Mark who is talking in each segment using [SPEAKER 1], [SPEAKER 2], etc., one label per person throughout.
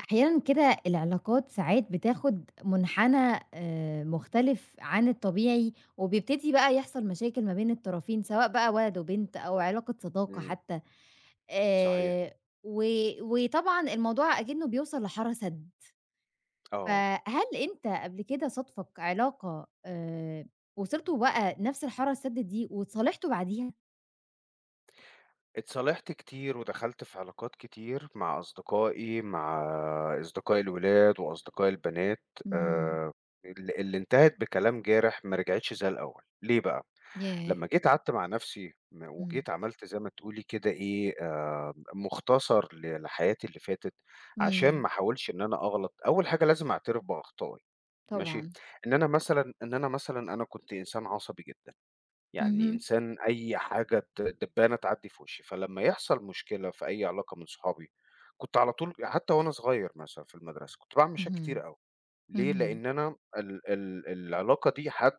[SPEAKER 1] أحيانًا كده العلاقات ساعات بتاخد منحنى مختلف عن الطبيعي، وبيبتدي بقى يحصل مشاكل ما بين الطرفين، سواء بقى ولد وبنت أو علاقة صداقة
[SPEAKER 2] إمم،
[SPEAKER 1] حتى.
[SPEAKER 2] صحيح،
[SPEAKER 1] آآ و وطبعًا الموضوع أكنه بيوصل لحارة سد،
[SPEAKER 2] آه،
[SPEAKER 1] فهل أنت قبل كده صادفك علاقة وصلتوا بقى نفس الحارة السد دي واتصالحتوا بعديها؟
[SPEAKER 2] اتصالحت كتير ودخلت في علاقات كتير مع أصدقائي، مع أصدقائي الولاد وأصدقائي البنات
[SPEAKER 1] إمم،
[SPEAKER 2] آآ، اللي انتهت بكلام جارح ما رجعتش زي الأول، ليه بقى؟
[SPEAKER 1] ياه!
[SPEAKER 2] لمّا جيت قعدت مع نفسي
[SPEAKER 1] إمم،
[SPEAKER 2] وجيت عملت زي ما تقولي كده إيه، مختصر لحياتي اللي فاتت، عشان ما
[SPEAKER 1] إمم،
[SPEAKER 2] احاولش إن أنا أغلط، أول حاجة لازم أعترف بأخطائي، ماشي؟
[SPEAKER 1] طبعًا.
[SPEAKER 2] إن أنا مثلًا أنا كنت إنسان عصبي جدًا. يعني
[SPEAKER 1] اهم،
[SPEAKER 2] إنسان أي حاجة دبّانة تعدّي في وشّي، فلمّا يحصل مشكلة في أي علاقة من صحابي، كنت على طول حتى وأنا صغير مثلًا في المدرسة، كنت باعمل مشاكل
[SPEAKER 1] اهم،
[SPEAKER 2] كتير أوي، ليه؟
[SPEAKER 1] اهم،
[SPEAKER 2] لإن أنا ال ال العلاقة دي حد،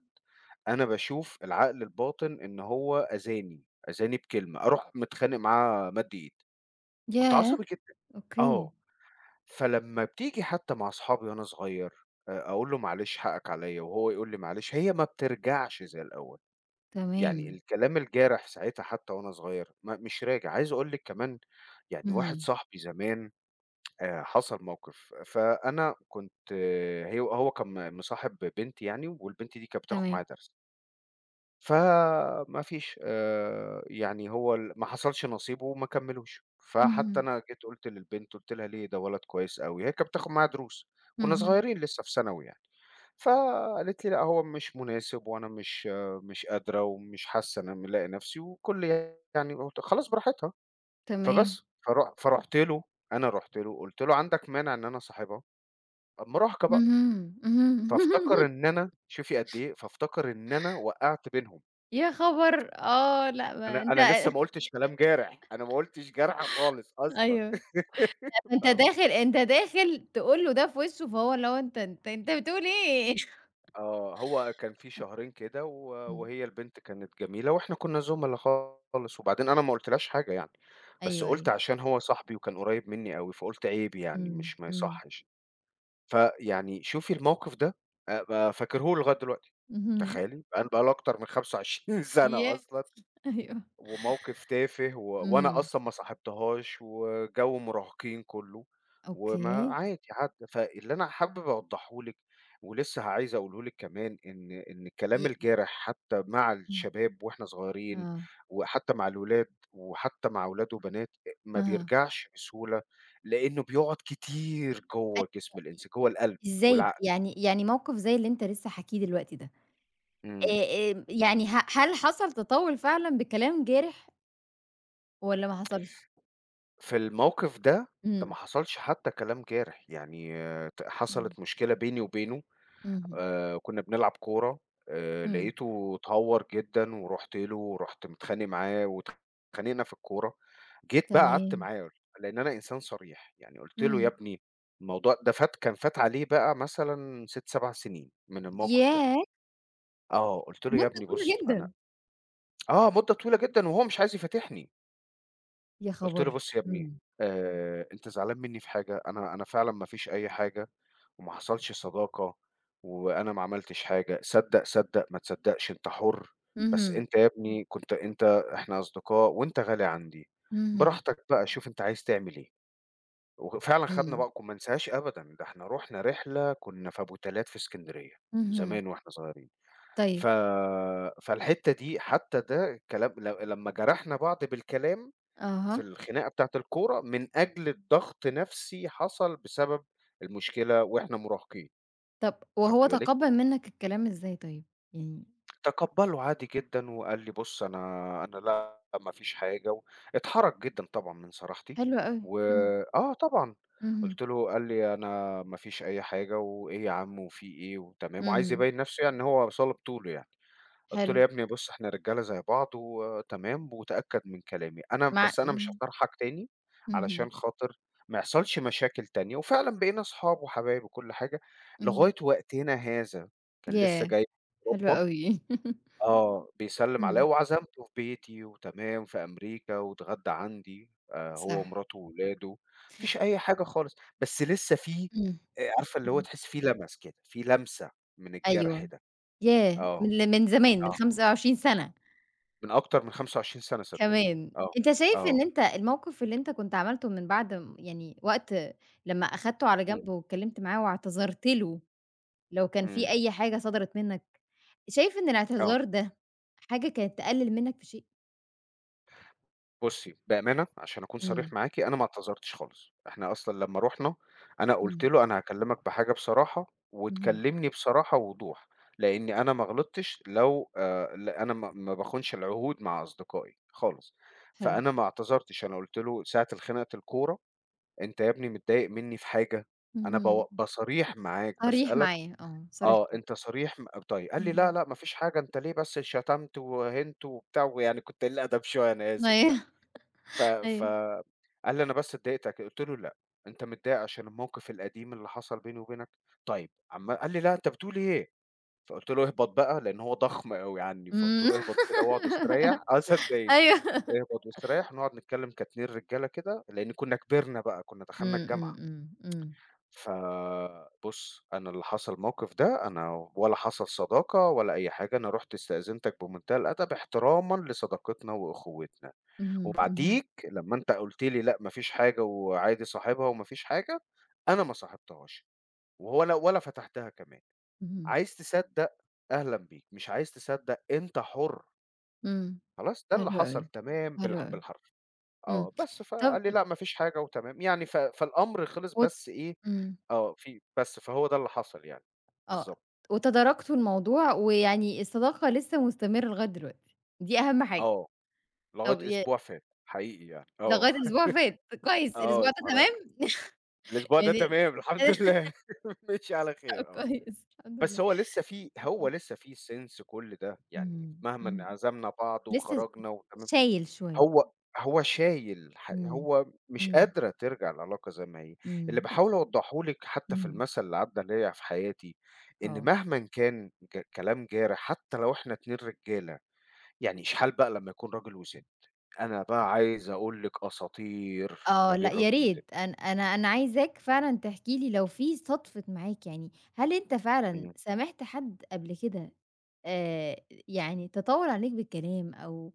[SPEAKER 2] أنا باشوف العقل الباطن إن هو أذاني، أذاني بكلمة، أروح متخانق معاه مَد إيد، كنت
[SPEAKER 1] ياه!
[SPEAKER 2] عصبي جدًا.
[SPEAKER 1] أوكي،
[SPEAKER 2] آه، فلمّا بتيجي حتى مع أصحابي وأنا صغير، أقول له: "معلش حقك عليّا." وهو يقول لي: "معلش." هي ما بترجعش زي الأول. يعني
[SPEAKER 1] تمام،
[SPEAKER 2] الكلام الجارح ساعتها حتى وأنا صغير ما مش راجع، عايز أقول لِك كمان يعني واحد
[SPEAKER 1] اهم،
[SPEAKER 2] صاحبي زمان حصل موقف، فأنا كنت آه، هو كان مصاحب بنت يعني والبنت دي كانت بتاخد
[SPEAKER 1] تمام،
[SPEAKER 2] معايا درس، فما فيش يعني هو ال ما حصلش نصيب وما كمّلوش، فحتى
[SPEAKER 1] اهم،
[SPEAKER 2] أنا جيت قُلت للبنت قُلت لها: "ليه ده ولد كويس أوي." هي كانت بتاخد معايا دروس، كنا
[SPEAKER 1] اهم،
[SPEAKER 2] صغيرين لسه في ثانوي يعني. فقالت لي: "لأ، هو مش مناسب وأنا مش مش قادرة ومش حاسة إن أنا ملاقي نفسي." وكل يعني قُلت خلاص براحتها،
[SPEAKER 1] تمام،
[SPEAKER 2] فبس. فرُحت له، أنا رُحت له قُلت له: "عندك مانع إن أنا أصاحبها؟" مراهقة بقى،
[SPEAKER 1] اهم، اهم.
[SPEAKER 2] فافتكر إن أنا شوفي قد إيه، فافتكر إن أنا وقّعت بينهم.
[SPEAKER 1] يا خبر! آه، لأ، ما
[SPEAKER 2] أنا
[SPEAKER 1] أنت
[SPEAKER 2] أنا لسه ما قُلتش كلام جارح، أنا ما قُلتش جارحة خالص أصلًا.
[SPEAKER 1] أيوه. ما أنت
[SPEAKER 2] فاهمة؟
[SPEAKER 1] داخل أنت داخل تقول له ده في وشه، فهو اللي هو أنت بتقول إيه؟
[SPEAKER 2] آه، هو كان في شهرين كده
[SPEAKER 1] إمم،
[SPEAKER 2] وهي البنت كانت جميلة وإحنا كُنّا زُملا خالص، وبعدين أنا ما قُلتلهاش حاجة يعني، بس
[SPEAKER 1] أيوه،
[SPEAKER 2] قُلت
[SPEAKER 1] أيوه،
[SPEAKER 2] عشان هو صاحبي وكان قريّب منّي أوي، فقُلت عيب يعني
[SPEAKER 1] إمم،
[SPEAKER 2] مش ما
[SPEAKER 1] إمم،
[SPEAKER 2] يصحّش. فيعني شوفي الموقف ده أ ب فاكره له لغاية دلوقتي،
[SPEAKER 1] اهم.
[SPEAKER 2] تخيّلي؟ بقى له أكتر من 25 سَنة
[SPEAKER 1] ياه!
[SPEAKER 2] أصلًا،
[SPEAKER 1] أيوه.
[SPEAKER 2] وموقف تافه وأنا
[SPEAKER 1] إمم،
[SPEAKER 2] أصلًا ما صاحبتهاش وجَو مراهقين كُلّه، وما
[SPEAKER 1] أوكي.
[SPEAKER 2] عادي عدّى. فاللي أنا حابب أوضّحه لِك ولسه عايز أقوله لِك كمان إن الكلام
[SPEAKER 1] ي ي
[SPEAKER 2] الجارح حتى مع
[SPEAKER 1] إمم،
[SPEAKER 2] الشباب وإحنا صغيرين،
[SPEAKER 1] آه،
[SPEAKER 2] وحتى مع الولاد وحتى مع ولاد وبنات ما
[SPEAKER 1] أها.
[SPEAKER 2] بيرجعش بسهولة، لإنه بيقعد كتير جوّه جسم
[SPEAKER 1] أيوه،
[SPEAKER 2] الإنسان، جوّه القلب
[SPEAKER 1] إزاي بقى؟
[SPEAKER 2] والعقل.
[SPEAKER 1] يعني يعني موقف زي اللي أنت لسه حاكيه دلوقتي ده.
[SPEAKER 2] إمم.
[SPEAKER 1] آآ، آمم، يعني هل حصل تطوّل فعلًا بكلام جارح والّا ما حصلش؟
[SPEAKER 2] في الموقف ده، ده ما
[SPEAKER 1] إمم،
[SPEAKER 2] حصلش حتى كلام جارح، يعني آه،
[SPEAKER 1] إمم،
[SPEAKER 2] حصلت مشكلة بيني وبينه،
[SPEAKER 1] اهم،
[SPEAKER 2] كُنّا بنلعب كورة،
[SPEAKER 1] إمم.
[SPEAKER 2] لقيته اتهوّر جدًا ورُحت له ورُحت متخانق معاه واتخانقنا في الكورة، جيت بقى قعدت
[SPEAKER 1] تمام.
[SPEAKER 2] معاه لإن أنا إنسان صريح، يعني قُلت له: "يا
[SPEAKER 1] إمم.
[SPEAKER 2] ابني الموضوع ده فات كان فات عليه بقى مثلًا 6، 7 سنين من الموقف ده."
[SPEAKER 1] ياه!
[SPEAKER 2] آه، قُلت له: "يا
[SPEAKER 1] مدة
[SPEAKER 2] ابني بُص
[SPEAKER 1] طويلة
[SPEAKER 2] أنا."
[SPEAKER 1] جدًا.
[SPEAKER 2] آه، مدة طويلة جدًا وهو مش عايز يفاتحني.
[SPEAKER 1] يا
[SPEAKER 2] قُلت له:
[SPEAKER 1] خبر!
[SPEAKER 2] "بُص يا ابني،
[SPEAKER 1] إمم،
[SPEAKER 2] أنت زعلان منّي في حاجة، أنا فعلًا ما فيش أي حاجة وما حصلش صداقة وأنا ما عملتش حاجة، صدّق، صدّق، ما تصدّقش أنت حُر، بس
[SPEAKER 1] اهم،
[SPEAKER 2] أنت يا ابني كنت أنت، إحنا أصدقاء وأنت غالي عندي،
[SPEAKER 1] اهم،
[SPEAKER 2] براحتك بقى شوف أنت عايز تعمل إيه." وفعلًا خدنا
[SPEAKER 1] إمم،
[SPEAKER 2] بقى ما انساهاش أبدًا، ده إحنا رُحنا رحلة كُنّا في أبو تلات في إسكندرية
[SPEAKER 1] اهم،
[SPEAKER 2] زمان وإحنا صغيرين. ف،
[SPEAKER 1] طيب،
[SPEAKER 2] فالحتّة دي حتّى ده كلام لمّا جرحنا بعض بالكلام في
[SPEAKER 1] أها.
[SPEAKER 2] الخناقة بتاعة الكورة من أجل الضغط نفسي حصل بسبب المشكلة وإحنا مراهقين،
[SPEAKER 1] طب
[SPEAKER 2] أخدتِ
[SPEAKER 1] وهو
[SPEAKER 2] بالِك؟
[SPEAKER 1] تقبّل منك الكلام إزاي طيب؟ يعني
[SPEAKER 2] تقبّله عادي جدًا وقال لي: "بُص أنا، لأ، ما فيش حاجة." اتحرج جدًا طبعًا من صراحتي.
[SPEAKER 1] حلو أوي.
[SPEAKER 2] و
[SPEAKER 1] إمم،
[SPEAKER 2] آه طبعًا،
[SPEAKER 1] اهم،
[SPEAKER 2] قُلت له قال لي: "أنا ما فيش أي حاجة وإيه يا عم وفي إيه وتمام." وعايز
[SPEAKER 1] اهم،
[SPEAKER 2] يبيّن نفسه يعني إن هو صلب طوله يعني. قُلت له:
[SPEAKER 1] حلو،
[SPEAKER 2] "يا ابني بُص إحنا رجالة زي بعض وتمام وتأكد من كلامي،
[SPEAKER 1] مع
[SPEAKER 2] أنا مش
[SPEAKER 1] إمم،
[SPEAKER 2] هاطارحك تاني
[SPEAKER 1] اهم،
[SPEAKER 2] علشان خاطر ما يحصلش مشاكل تانية." وفعلًا بقينا أصحاب وحبايب وكل حاجة
[SPEAKER 1] اهم.
[SPEAKER 2] لغاية وقتنا هذا، كان لسه
[SPEAKER 1] ياه!
[SPEAKER 2] جاي من
[SPEAKER 1] حلو
[SPEAKER 2] أوروبا،
[SPEAKER 1] أوي.
[SPEAKER 2] آه، بيسلّم
[SPEAKER 1] إمم،
[SPEAKER 2] عليّا وعزمته في بيتي وتمام في أمريكا واتغدى عندي هو
[SPEAKER 1] صح،
[SPEAKER 2] ومراته وولاده، ما فيش أي حاجة خالص، بس لسه في
[SPEAKER 1] إمم.
[SPEAKER 2] عارفة اللي هو
[SPEAKER 1] إمم.
[SPEAKER 2] تحسّي في لَمَس كده، في لمسة من الجرح
[SPEAKER 1] أيوه.
[SPEAKER 2] ده.
[SPEAKER 1] ياه!
[SPEAKER 2] آه،
[SPEAKER 1] من زمان، من
[SPEAKER 2] آه.
[SPEAKER 1] 25 سَنة
[SPEAKER 2] من أكتر من 25 سَنة صدّقيني،
[SPEAKER 1] كمان.
[SPEAKER 2] آه،
[SPEAKER 1] أنت شايف
[SPEAKER 2] آه،
[SPEAKER 1] إن أنت الموقِف اللي أنت كنت عملته من بعد يعني وقت لمّا أخدته على
[SPEAKER 2] إمم،
[SPEAKER 1] جنب واتكلّمت معاه واعتذرت له لو كان في
[SPEAKER 2] إمم،
[SPEAKER 1] أي حاجة صدرت منّك، شايف إن
[SPEAKER 2] آه.
[SPEAKER 1] الاعتذار ده حاجة كانت تقلِّل منّك في شيء؟
[SPEAKER 2] بُصّي، بأمانة عشان أكون
[SPEAKER 1] إمم،
[SPEAKER 2] صريح معاكِ، أنا ما اعتذرتش خالص، إحنا أصلًا لمّا رُحنا أنا قُلت
[SPEAKER 1] إمم،
[SPEAKER 2] له: "أنا هاكلّمك بحاجة بصراحة
[SPEAKER 1] اهم،
[SPEAKER 2] وتكلّمني بصراحة ووضوح، لإن أنا ما غلطتش لو ل أنا ما باخونش العهود مع أصدقائي خالص."
[SPEAKER 1] حلو.
[SPEAKER 2] فأنا ما اعتذرتش، أنا قُلت له ساعة الخناقة الكورة: "أنت يا ابني متضايق منّي في حاجة؟ أنا
[SPEAKER 1] اهم.
[SPEAKER 2] باو بصريح معاك،
[SPEAKER 1] صريح
[SPEAKER 2] باسألك."
[SPEAKER 1] معاه آه،
[SPEAKER 2] آه،
[SPEAKER 1] صارحته.
[SPEAKER 2] أنت صريح طيب، قال لي: "لأ،
[SPEAKER 1] إمم.
[SPEAKER 2] لأ، ما فيش حاجة، أنت ليه بس شتمت وهِنت وبتاع." ويعني كنت قليل أدب شوية، أنا
[SPEAKER 1] أيوه،
[SPEAKER 2] آسف يعني. ف، ف،
[SPEAKER 1] أيوه.
[SPEAKER 2] قال لي: "أنا بس اتضايقتك." قُلت له: "لأ، أنت متضايق عشان الموقف القديم اللي حصل بيني وبينك؟ طيب." قال لي: "لأ، أنت بتقول إيه؟" فقُلت له: "اهبط بقى." لإن هو ضخم أوي عني، فقُلت
[SPEAKER 1] إمم.
[SPEAKER 2] له: "اهبط كده واقعد استريّح." آه، صدّقني.
[SPEAKER 1] أيوه.
[SPEAKER 2] "اهبط واستريّح ونقعد نتكلم كاتنين رجالة كده." لإن كُنّا كبرنا بقى، كُنّا
[SPEAKER 1] إمم،
[SPEAKER 2] دخلنا
[SPEAKER 1] إمم،
[SPEAKER 2] الجامعة.
[SPEAKER 1] إمم، إمم.
[SPEAKER 2] فبُص، أنا اللي حصل الموقف ده، أنا ولا حصل صداقة ولا أي حاجة، أنا رُحت استأذنتك بمنتهى الأدب احترامًا لصداقتنا وأخوتنا،
[SPEAKER 1] اهم، اهم،
[SPEAKER 2] وبعديك لمّا أنت قُلت لي: "لأ، ما فيش حاجة وعادي صاحبها وما فيش حاجة." أنا ما صاحبتهاش ولا فتحتها كمان.
[SPEAKER 1] اهم.
[SPEAKER 2] عايز تصدق أهلًا بيك، مش عايز تصدق أنت حُر.
[SPEAKER 1] إمم،
[SPEAKER 2] خلاص، ده اللي
[SPEAKER 1] حلو
[SPEAKER 2] حصل
[SPEAKER 1] أوي،
[SPEAKER 2] تمام
[SPEAKER 1] حلو
[SPEAKER 2] بالح
[SPEAKER 1] أوي،
[SPEAKER 2] بالحرف.
[SPEAKER 1] إمم.
[SPEAKER 2] آه، بس
[SPEAKER 1] طب
[SPEAKER 2] فقال لي: "لأ، ما فيش حاجة وتمام." يعني ف، فالأمر خلص
[SPEAKER 1] وت
[SPEAKER 2] بس إيه،
[SPEAKER 1] إمم،
[SPEAKER 2] آه، في بس فهو ده اللي حصل يعني،
[SPEAKER 1] آه،
[SPEAKER 2] بالضبط.
[SPEAKER 1] وتداركتوا الموضوع ويعني الصداقة لسه مستمرة لغاية دلوقتي، دي أهم حاجة.
[SPEAKER 2] آه، لغاية
[SPEAKER 1] طب
[SPEAKER 2] أسبوع فات حقيقي يعني، آه.
[SPEAKER 1] لغاية أسبوع فات، كويس،
[SPEAKER 2] آه،
[SPEAKER 1] الأسبوع ده
[SPEAKER 2] الصراحة
[SPEAKER 1] تمام؟
[SPEAKER 2] الأسبوع ده
[SPEAKER 1] يعني
[SPEAKER 2] تمام الحمد لله. مشي على خير، آه،
[SPEAKER 1] كويس، الحمد
[SPEAKER 2] بس
[SPEAKER 1] لله،
[SPEAKER 2] هو
[SPEAKER 1] إمم،
[SPEAKER 2] لسه في سِنْس كل ده، يعني
[SPEAKER 1] إمم،
[SPEAKER 2] مهما إن
[SPEAKER 1] إمم،
[SPEAKER 2] عزمنا بعض
[SPEAKER 1] لسه
[SPEAKER 2] وخرجنا وتمام
[SPEAKER 1] شايل شوية،
[SPEAKER 2] هو هو شايل ح
[SPEAKER 1] إمم،
[SPEAKER 2] هو مش
[SPEAKER 1] إمم،
[SPEAKER 2] قادرة ترجع العلاقة زي ما هي. اللي
[SPEAKER 1] إمم،
[SPEAKER 2] باحاول أوضّحه لِك حتى في
[SPEAKER 1] إمم،
[SPEAKER 2] المثل اللي عدّى عليَّ في حياتي، إن
[SPEAKER 1] آه.
[SPEAKER 2] مهمًا كان كلام جارح حتى لو إحنا 2 رجالة، يعني إشحال بقى لمّا يكون راجل وست. أنا بقى عايز أقول لِك أساطير ما
[SPEAKER 1] آه،
[SPEAKER 2] بين
[SPEAKER 1] لأ، يا
[SPEAKER 2] راجل
[SPEAKER 1] ريت،
[SPEAKER 2] وست.
[SPEAKER 1] أنا عايزاك فعلًا تحكي لي لو في صدفِت معاك، يعني هل أنت فعلًا
[SPEAKER 2] إمم.
[SPEAKER 1] سامحت حد قبل كده، آآ، يعني تطاول عليك بالكلام، أو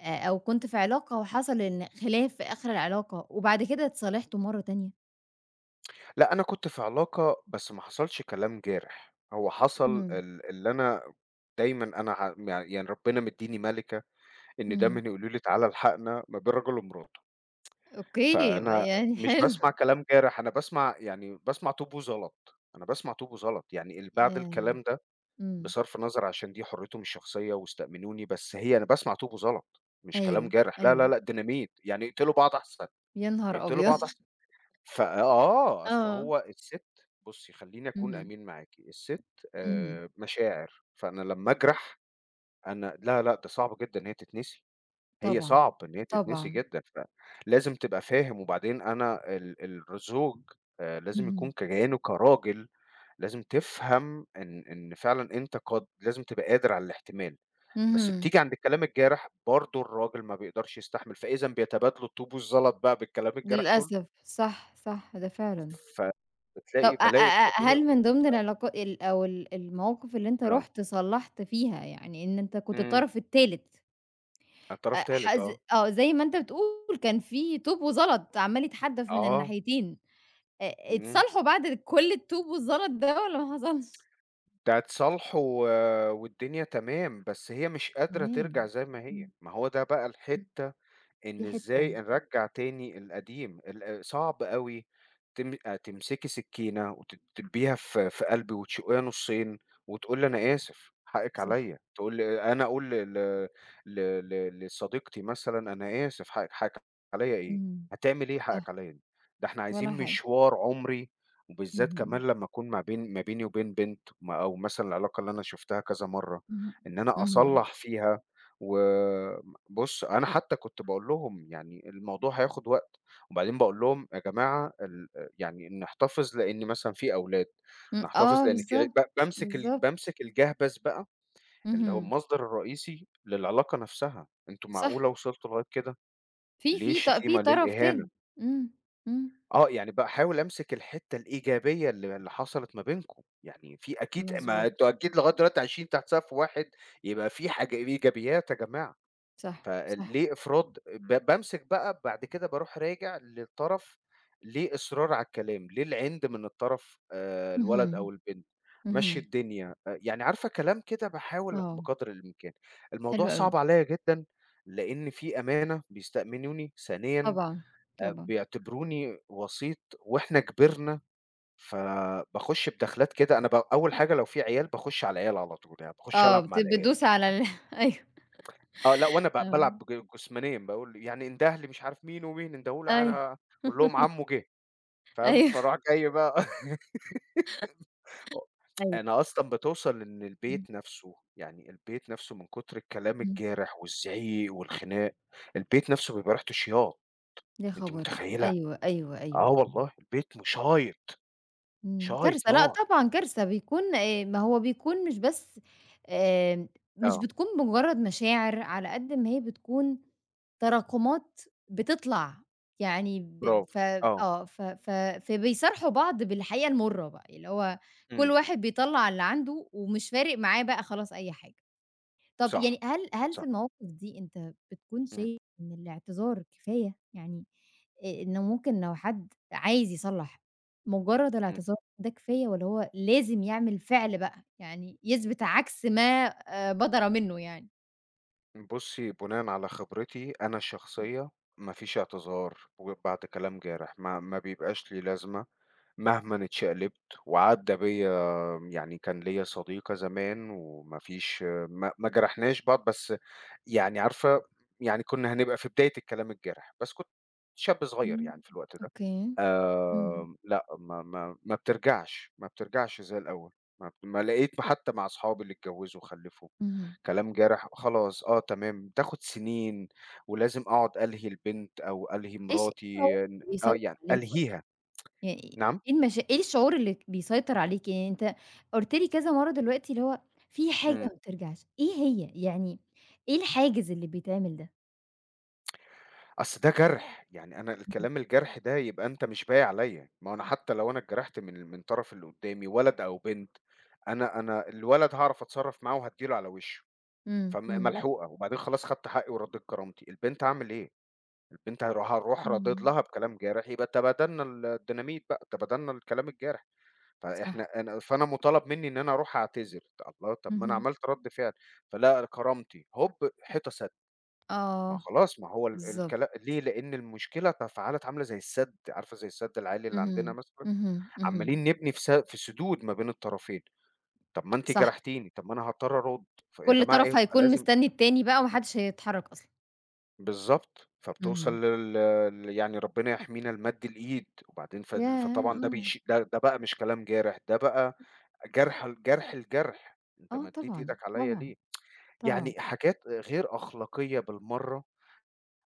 [SPEAKER 1] أو كنت في علاقة وحصل إن خلاف في آخر العلاقة وبعد كده اتصالحتوا مرّة تانية؟
[SPEAKER 2] لأ، أنا كنت في علاقة بس ما حصلش كلام جارح، هو حصل
[SPEAKER 1] إمم،
[SPEAKER 2] ال اللي أنا دايمًا أنا ع يعني ربنا مدّيني مَلِكة إن دايمًا
[SPEAKER 1] إمم.
[SPEAKER 2] يقولوا لي تعالَ الحقنا ما بين راجل ومراته.
[SPEAKER 1] أوكي،
[SPEAKER 2] فأنا
[SPEAKER 1] يعني
[SPEAKER 2] مش
[SPEAKER 1] حلو،
[SPEAKER 2] باسمع كلام جارح، أنا باسمع يعني باسمع طوب وزلط، أنا باسمع طوب وزلط، يعني اللي بعد الكلام
[SPEAKER 1] ياه!
[SPEAKER 2] ده
[SPEAKER 1] إمم،
[SPEAKER 2] بصرف النظر عشان دي حريتهم الشخصية واستأمنوني، بس هي أنا باسمع طوب وزلط، مش كلام
[SPEAKER 1] أيوه،
[SPEAKER 2] جارح، لا، لا،
[SPEAKER 1] أيوه،
[SPEAKER 2] لأ، ديناميت، يعني اقتلوا بعض أحسن،
[SPEAKER 1] يا نهار
[SPEAKER 2] اقتلوا
[SPEAKER 1] أبيض!
[SPEAKER 2] بعض أحسن. ف آه، أصل
[SPEAKER 1] آه،
[SPEAKER 2] هو السِت، بُصّي خلّيني أكون
[SPEAKER 1] اهم،
[SPEAKER 2] أمين معاكِ، السِت
[SPEAKER 1] اهم،
[SPEAKER 2] مشاعر، فأنا لمّا أجرح أنا لا، لأ، ده صعب جدًا إن هي تتنسي. هي
[SPEAKER 1] طبعًا،
[SPEAKER 2] صعب إن هي تتنسي
[SPEAKER 1] طبعًا،
[SPEAKER 2] جدًا، فلازم تبقى فاهم، وبعدين أنا ال ال الزوج لازم يكون
[SPEAKER 1] اهم،
[SPEAKER 2] كيانه كراجل، لازم تفهم إن فعلًا أنت قد لازم تبقى قادر على الاحتمال، بس
[SPEAKER 1] اهم.
[SPEAKER 2] بتيجي عند الكلام الجارح برضه الراجل ما بيقدرش يستحمل، فإذًا بيتبادلوا الطوب والزلط بقى بالكلام الجارح كلّه،
[SPEAKER 1] للأسف، صح، صح، ده فعلًا. طب أ
[SPEAKER 2] بالاقي
[SPEAKER 1] أ أ
[SPEAKER 2] بقى إن أنا
[SPEAKER 1] هل من ضمن العلاقا ال أو المواقف اللي أنت
[SPEAKER 2] آه،
[SPEAKER 1] رُحت صلّحت فيها، يعني إن أنت كنت
[SPEAKER 2] إمم،
[SPEAKER 1] الطرف التالت،
[SPEAKER 2] على طرف
[SPEAKER 1] أ
[SPEAKER 2] تالت
[SPEAKER 1] حز
[SPEAKER 2] آه،
[SPEAKER 1] آه، زي ما أنت بتقول كان في طوب وزلط عمّال يتحدّف من
[SPEAKER 2] آه،
[SPEAKER 1] الناحيتين،
[SPEAKER 2] إمم.
[SPEAKER 1] اتصالحوا بعد كل الطوب والزلط ده والّا ما حصلش؟
[SPEAKER 2] ده اتصالحوا و، والدنيا تمام، بس هي مش قادرة ترجع
[SPEAKER 1] تمام.
[SPEAKER 2] زي ما هي،
[SPEAKER 1] إمم،
[SPEAKER 2] ما هو ده بقى
[SPEAKER 1] إمم،
[SPEAKER 2] الحتّة إن
[SPEAKER 1] في حتّة،
[SPEAKER 2] إزاي نرجّع تاني القديم، ال صعب أوي تم تمسكي سكينة وتدبيها في، في قلبي وتشقيها نُصّين وتقول لي أنا آسف، حقِّك
[SPEAKER 1] صح،
[SPEAKER 2] عليّا، تقول لي أنا أقول ل ل ل ل لصديقتي مثلًا أنا آسف حقِّك عليّا إيه،
[SPEAKER 1] إمم،
[SPEAKER 2] هتعمل إيه حقِّك
[SPEAKER 1] صح،
[SPEAKER 2] عليّا دي، ده إحنا عايزين
[SPEAKER 1] ولا حاجة.
[SPEAKER 2] مشوار عُمري، وبالذات كمان
[SPEAKER 1] اهم،
[SPEAKER 2] لمّا أكون ما بين ما بيني وبين بنت أو مثلًا العلاقة اللي أنا شُفتها كذا مرّة،
[SPEAKER 1] اهم،
[SPEAKER 2] إن أنا
[SPEAKER 1] اهم،
[SPEAKER 2] أصلّح فيها و، بُص، أنا حتى كنت باقول لهم يعني الموضوع هياخد وقت، وبعدين باقول لهم يا جماعة ال، يعني نحتفظ لإن مثلًا في أولاد،
[SPEAKER 1] إمم،
[SPEAKER 2] نحتفظ
[SPEAKER 1] آه
[SPEAKER 2] لإن في عي ب
[SPEAKER 1] بالضبط،
[SPEAKER 2] بامسك
[SPEAKER 1] بالضبط،
[SPEAKER 2] بامسك الجهبذ بقى اللي هو
[SPEAKER 1] اهم،
[SPEAKER 2] المصدر الرئيسي للعلاقة نفسها، أنتم
[SPEAKER 1] صح.
[SPEAKER 2] معقولة وصلتوا لغاية كده!
[SPEAKER 1] في
[SPEAKER 2] ليه
[SPEAKER 1] في ط في
[SPEAKER 2] الشتيمة، ليه
[SPEAKER 1] طرف
[SPEAKER 2] الإهانة؟
[SPEAKER 1] تاني. إمم، إمم.
[SPEAKER 2] آه، يعني باحاول أمسك الحتة الإيجابية اللي حصلت ما بينكم، يعني في أكيد ما
[SPEAKER 1] مضبوط.
[SPEAKER 2] أنتم أكيد لغاية دلوقتي عايشين تحت سقف واحد، يبقى في حاجة إيجابيات يا جماعة.
[SPEAKER 1] صح، صح.
[SPEAKER 2] فليه إفراط بامسك بقى بعد كده باروح راجع للطرف، ليه إصرار على الكلام، ليه العِند من الطرف الولد أو
[SPEAKER 1] اهم،
[SPEAKER 2] البنت، مشّي
[SPEAKER 1] اهم.
[SPEAKER 2] الدنيا، يعني عارفة كلام كده باحاول
[SPEAKER 1] آه،
[SPEAKER 2] بقدر الإمكان. الموضوع
[SPEAKER 1] حلو أوي.
[SPEAKER 2] صعب عليّا جدًا، لإن في أمانة بيستأمنوني، ثانيًا
[SPEAKER 1] طبعًا، طبعًا.
[SPEAKER 2] بيعتبروني وسيط وإحنا كبرنا، فباخُش بدخلات كده أنا أول حاجة لو في عيال باخُش على العيال على طول، يعني باخُش
[SPEAKER 1] آه،
[SPEAKER 2] ألعب
[SPEAKER 1] بت
[SPEAKER 2] مع العيال.
[SPEAKER 1] بتدوس على ال أيوه.
[SPEAKER 2] آه، لأ، وأنا
[SPEAKER 1] آه.
[SPEAKER 2] بالعب جسمانيًا، باقول له يعني انده لي مش عارف مين ومين، اندهوا له
[SPEAKER 1] أيوه،
[SPEAKER 2] أنا أقول لهم عمه جِه، فاهم،
[SPEAKER 1] أيوه،
[SPEAKER 2] فاروح جاي بقى.
[SPEAKER 1] أيوه.
[SPEAKER 2] أنا أصلًا بتوصل إن
[SPEAKER 1] إمم،
[SPEAKER 2] البيت نفسه، يعني البيت نفسه من كتر الكلام
[SPEAKER 1] إمم.
[SPEAKER 2] الجارح والزعيق والخناق، البيت نفسه بيبقى ريحته شياط،
[SPEAKER 1] يا
[SPEAKER 2] أنتِ
[SPEAKER 1] خبر!
[SPEAKER 2] متخيلة؟
[SPEAKER 1] أيوه، أيوه، أيوه،
[SPEAKER 2] آه
[SPEAKER 1] أيوه.
[SPEAKER 2] والله، البيت شايط،
[SPEAKER 1] إمم،
[SPEAKER 2] شايط
[SPEAKER 1] كارثة، لأ
[SPEAKER 2] نار.
[SPEAKER 1] طبعًا كارثة، بيكون ما هو بيكون مش بس، آآ مش
[SPEAKER 2] آه،
[SPEAKER 1] بتكون بمجرد مشاعر على قد ما هي بتكون تراكمات بتطلع، يعني ب
[SPEAKER 2] برافو،
[SPEAKER 1] ف
[SPEAKER 2] آه،
[SPEAKER 1] آه، ف ف فبيصارحوا بعض بالحقيقة المُرة بقى، اللي هو كل
[SPEAKER 2] إمم،
[SPEAKER 1] واحد بيطلّع اللي عنده ومش فارق معاه بقى خلاص أي حاجة. طب
[SPEAKER 2] صح،
[SPEAKER 1] يعني هل هل
[SPEAKER 2] صح،
[SPEAKER 1] في المواقف دي أنت بتكون
[SPEAKER 2] إمم، إمم.
[SPEAKER 1] شايف إن الاعتذار كفاية؟ يعني إنه ممكن لو حد عايز يصلّح، مجرّد الاعتذار ده كفاية والّا هو لازم يعمل فعل بقى، يعني يثبت عكس ما بَدَر منّه يعني؟
[SPEAKER 2] بُصّي، بناءً على خبرتي أنا الشخصية، ما فيش اعتذار و بعد كلام جارح، ما بيبقاش ليه لازمة مهمًا اتشقلبت وعدّى بيّا يعني كان ليّا صديقة زمان وما فيش ما جرحناش بعض، بس يعني عارفة يعني كنا هنبقى في بداية الكلام الجارح، بس كنت شاب صغير
[SPEAKER 1] إمم،
[SPEAKER 2] يعني في الوقت ده.
[SPEAKER 1] أوكي. إمم،
[SPEAKER 2] لأ، ما بترجعش، ما بترجعش زي الأول، ما لقيت حتى مع أصحابي اللي اتجوّزوا وخلّفوا
[SPEAKER 1] اهم.
[SPEAKER 2] كلام جارح خلاص آه تمام، تاخد سنين ولازم أقعد ألهي البنت أو ألهي
[SPEAKER 1] إيه
[SPEAKER 2] مراتي
[SPEAKER 1] اللي
[SPEAKER 2] آه
[SPEAKER 1] بيسيطر
[SPEAKER 2] يعني
[SPEAKER 1] عليك؟
[SPEAKER 2] ألهيها،
[SPEAKER 1] يعني
[SPEAKER 2] نعم؟
[SPEAKER 1] إيه الشعور اللي بيسيطر عليكِ؟ يعني أنت قُلت لي كذا مرّة دلوقتي، اللي هو في حاجة
[SPEAKER 2] إمم،
[SPEAKER 1] ما بترجعش، إيه هي؟ يعني إيه الحاجز اللي بيتعمل ده؟
[SPEAKER 2] أصل ده جرح، يعني أنا
[SPEAKER 1] إمم.
[SPEAKER 2] الكلام الجرح ده يبقى أنت مش باقي عليّا، ما هو أنا حتى لو أنا اتجرحت من طرف اللي قدامي ولد أو بنت، أنا الولد هاعرف أتصرّف معاه وهادّي له على وشه،
[SPEAKER 1] إمم، إمم.
[SPEAKER 2] ملحوقة، وبعدين خلاص خدت حقي وردّيت كرامتي، البنت هاعمل إيه؟ البنت هاروح ردّيت
[SPEAKER 1] إمم،
[SPEAKER 2] لها بكلام جارح، يبقى تبادلنا الديناميت بقى، تبادلنا الكلام الجارح. فإحنا
[SPEAKER 1] صح.
[SPEAKER 2] أنا فأنا مُطالب منّي إن أنا أروح أعتذر، الله! طَب ما أنا
[SPEAKER 1] اهم.
[SPEAKER 2] عملت رَد فعل، فلأ كرامتي، هوب حيطة سد، ما
[SPEAKER 1] آه،
[SPEAKER 2] خلاص ما هو ال
[SPEAKER 1] بالضبط.
[SPEAKER 2] الكلا ليه؟ لإن المشكلة تفاعلت عاملة زي السد، عارفة زي السد العالي اللي عندنا
[SPEAKER 1] اهم،
[SPEAKER 2] مثلًا،
[SPEAKER 1] اهم، اهم.
[SPEAKER 2] عمّالين نبني في سدود ما بين الطرفين، طَب ما أنتِ
[SPEAKER 1] صح.
[SPEAKER 2] جرحتيني، طَب ما أنا هاضطر أرُد، فيا
[SPEAKER 1] كل
[SPEAKER 2] جماعة
[SPEAKER 1] طرف
[SPEAKER 2] اهدوا
[SPEAKER 1] هيكون
[SPEAKER 2] فلازم
[SPEAKER 1] مستني التاني بقى وما حدش هيتحرّك أصلًا.
[SPEAKER 2] بالضبط، فبتوصل
[SPEAKER 1] اهم.
[SPEAKER 2] لل ل يعني ربنا يحمينا لمَد الإيد، وبعدين
[SPEAKER 1] ياه!
[SPEAKER 2] فطبعًا ده
[SPEAKER 1] آه،
[SPEAKER 2] بيش ده ده بقى مش كلام جارح، ده بقى جرح الجرح، أنت
[SPEAKER 1] آه
[SPEAKER 2] مدّيت
[SPEAKER 1] طبعًا،
[SPEAKER 2] إيدك عليّا
[SPEAKER 1] طبعًا،
[SPEAKER 2] ليه؟
[SPEAKER 1] طبعًا.
[SPEAKER 2] يعني حاجات غير أخلاقية بالمرّة،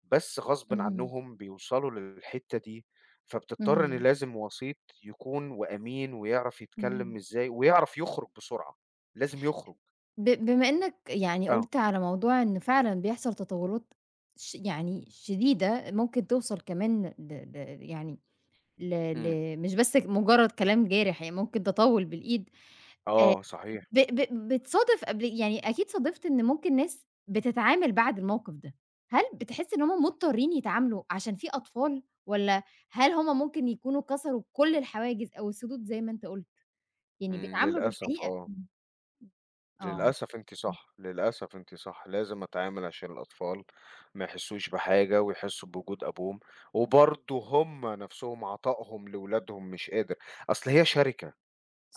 [SPEAKER 2] بس غصبٍ
[SPEAKER 1] اهم،
[SPEAKER 2] عنّهم بيوصلوا للحتّة دي، فبتضطر إن
[SPEAKER 1] اهم،
[SPEAKER 2] لازم وسيط يكون وأمين ويعرف يتكلّم
[SPEAKER 1] اهم.
[SPEAKER 2] إزاي ويعرف يخرج بسرعة، لازم يخرج.
[SPEAKER 1] ب بما إنك يعني
[SPEAKER 2] آه.
[SPEAKER 1] قُلت على موضوع إن فعلًا بيحصل تطوّرات، يعني شديدة ممكن توصل كمان ل ل يعني ل
[SPEAKER 2] إمم.
[SPEAKER 1] ل مش بس مجرّد كلام جارح، يعني ممكن تطوّل بالإيد، آآ
[SPEAKER 2] آه صحيح.
[SPEAKER 1] ب ب بتصادف قبل، يعني أكيد صادفت إن ممكن ناس بتتعامل بعد الموقف ده، هل بتحس إن هم مضطرين يتعاملوا عشان في أطفال والّا هل هم ممكن يكونوا كسروا كل الحواجز أو السدود زي ما أنت قُلت؟ يعني
[SPEAKER 2] إمم،
[SPEAKER 1] بيتعاملوا
[SPEAKER 2] للأسف
[SPEAKER 1] بالحقيقة
[SPEAKER 2] آه.
[SPEAKER 1] إمم، آه،
[SPEAKER 2] للأسف أنتِ
[SPEAKER 1] إمم،
[SPEAKER 2] صح، للأسف أنتِ صح، لازم أتعامل عشان الأطفال ما يحسّوش بحاجة ويحسّوا بوجود أبوهم، وبرضه هم نَفْسهم عطائهم لولادهم مش قادر، أصل هي شركة،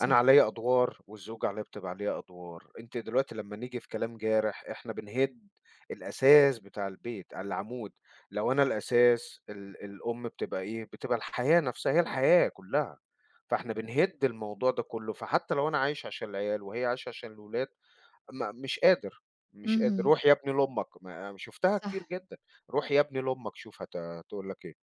[SPEAKER 2] أنا عليّا أدوار والزوجة عليها بتبقى عليها أدوار، أنتِ دلوقتي لمّا نيجي في كلام جارح إحنا بنهِد الأساس بتاع البيت، العمود، لو أنا الأساس الأم بتبقى إيه، بتبقى الحياة نَفْسها، هي الحياة كُلّها، فإحنا بنهِد الموضوع ده كُلّه، فحتى لو أنا عايش عشان العيال وهي عايشة عشان الولاد ما مش قادر، مش قادر،
[SPEAKER 1] اهم.
[SPEAKER 2] روح يا ابني لأمك، ما شُفتها كتير
[SPEAKER 1] صح،
[SPEAKER 2] جدًا، روح يا ابني لأمك شوف هتقول لك إيه،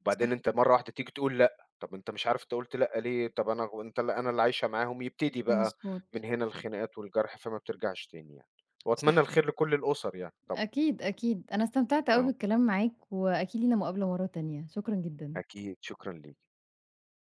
[SPEAKER 2] وبعدين
[SPEAKER 1] صح،
[SPEAKER 2] أنت مرّة واحدة تيجي تقول لأ، طَب أنت مش عارف أنت قُلت لأ ليه، طَب أنا اللي عايشة معاهم، يبتدي بقى
[SPEAKER 1] مضبوط،
[SPEAKER 2] من هنا الخناقات والجرح، فما بترجعش تاني يعني،
[SPEAKER 1] صح،
[SPEAKER 2] وأتمنى الخير لكل الأُسر يعني طبعًا،
[SPEAKER 1] أكيد، أكيد. أنا استمتعت أوي
[SPEAKER 2] آه،
[SPEAKER 1] بالكلام معاك، وأكيد لينا مقابلة مرة تانية. شكرًا جدًا.
[SPEAKER 2] أكيد، شكرًا ليك.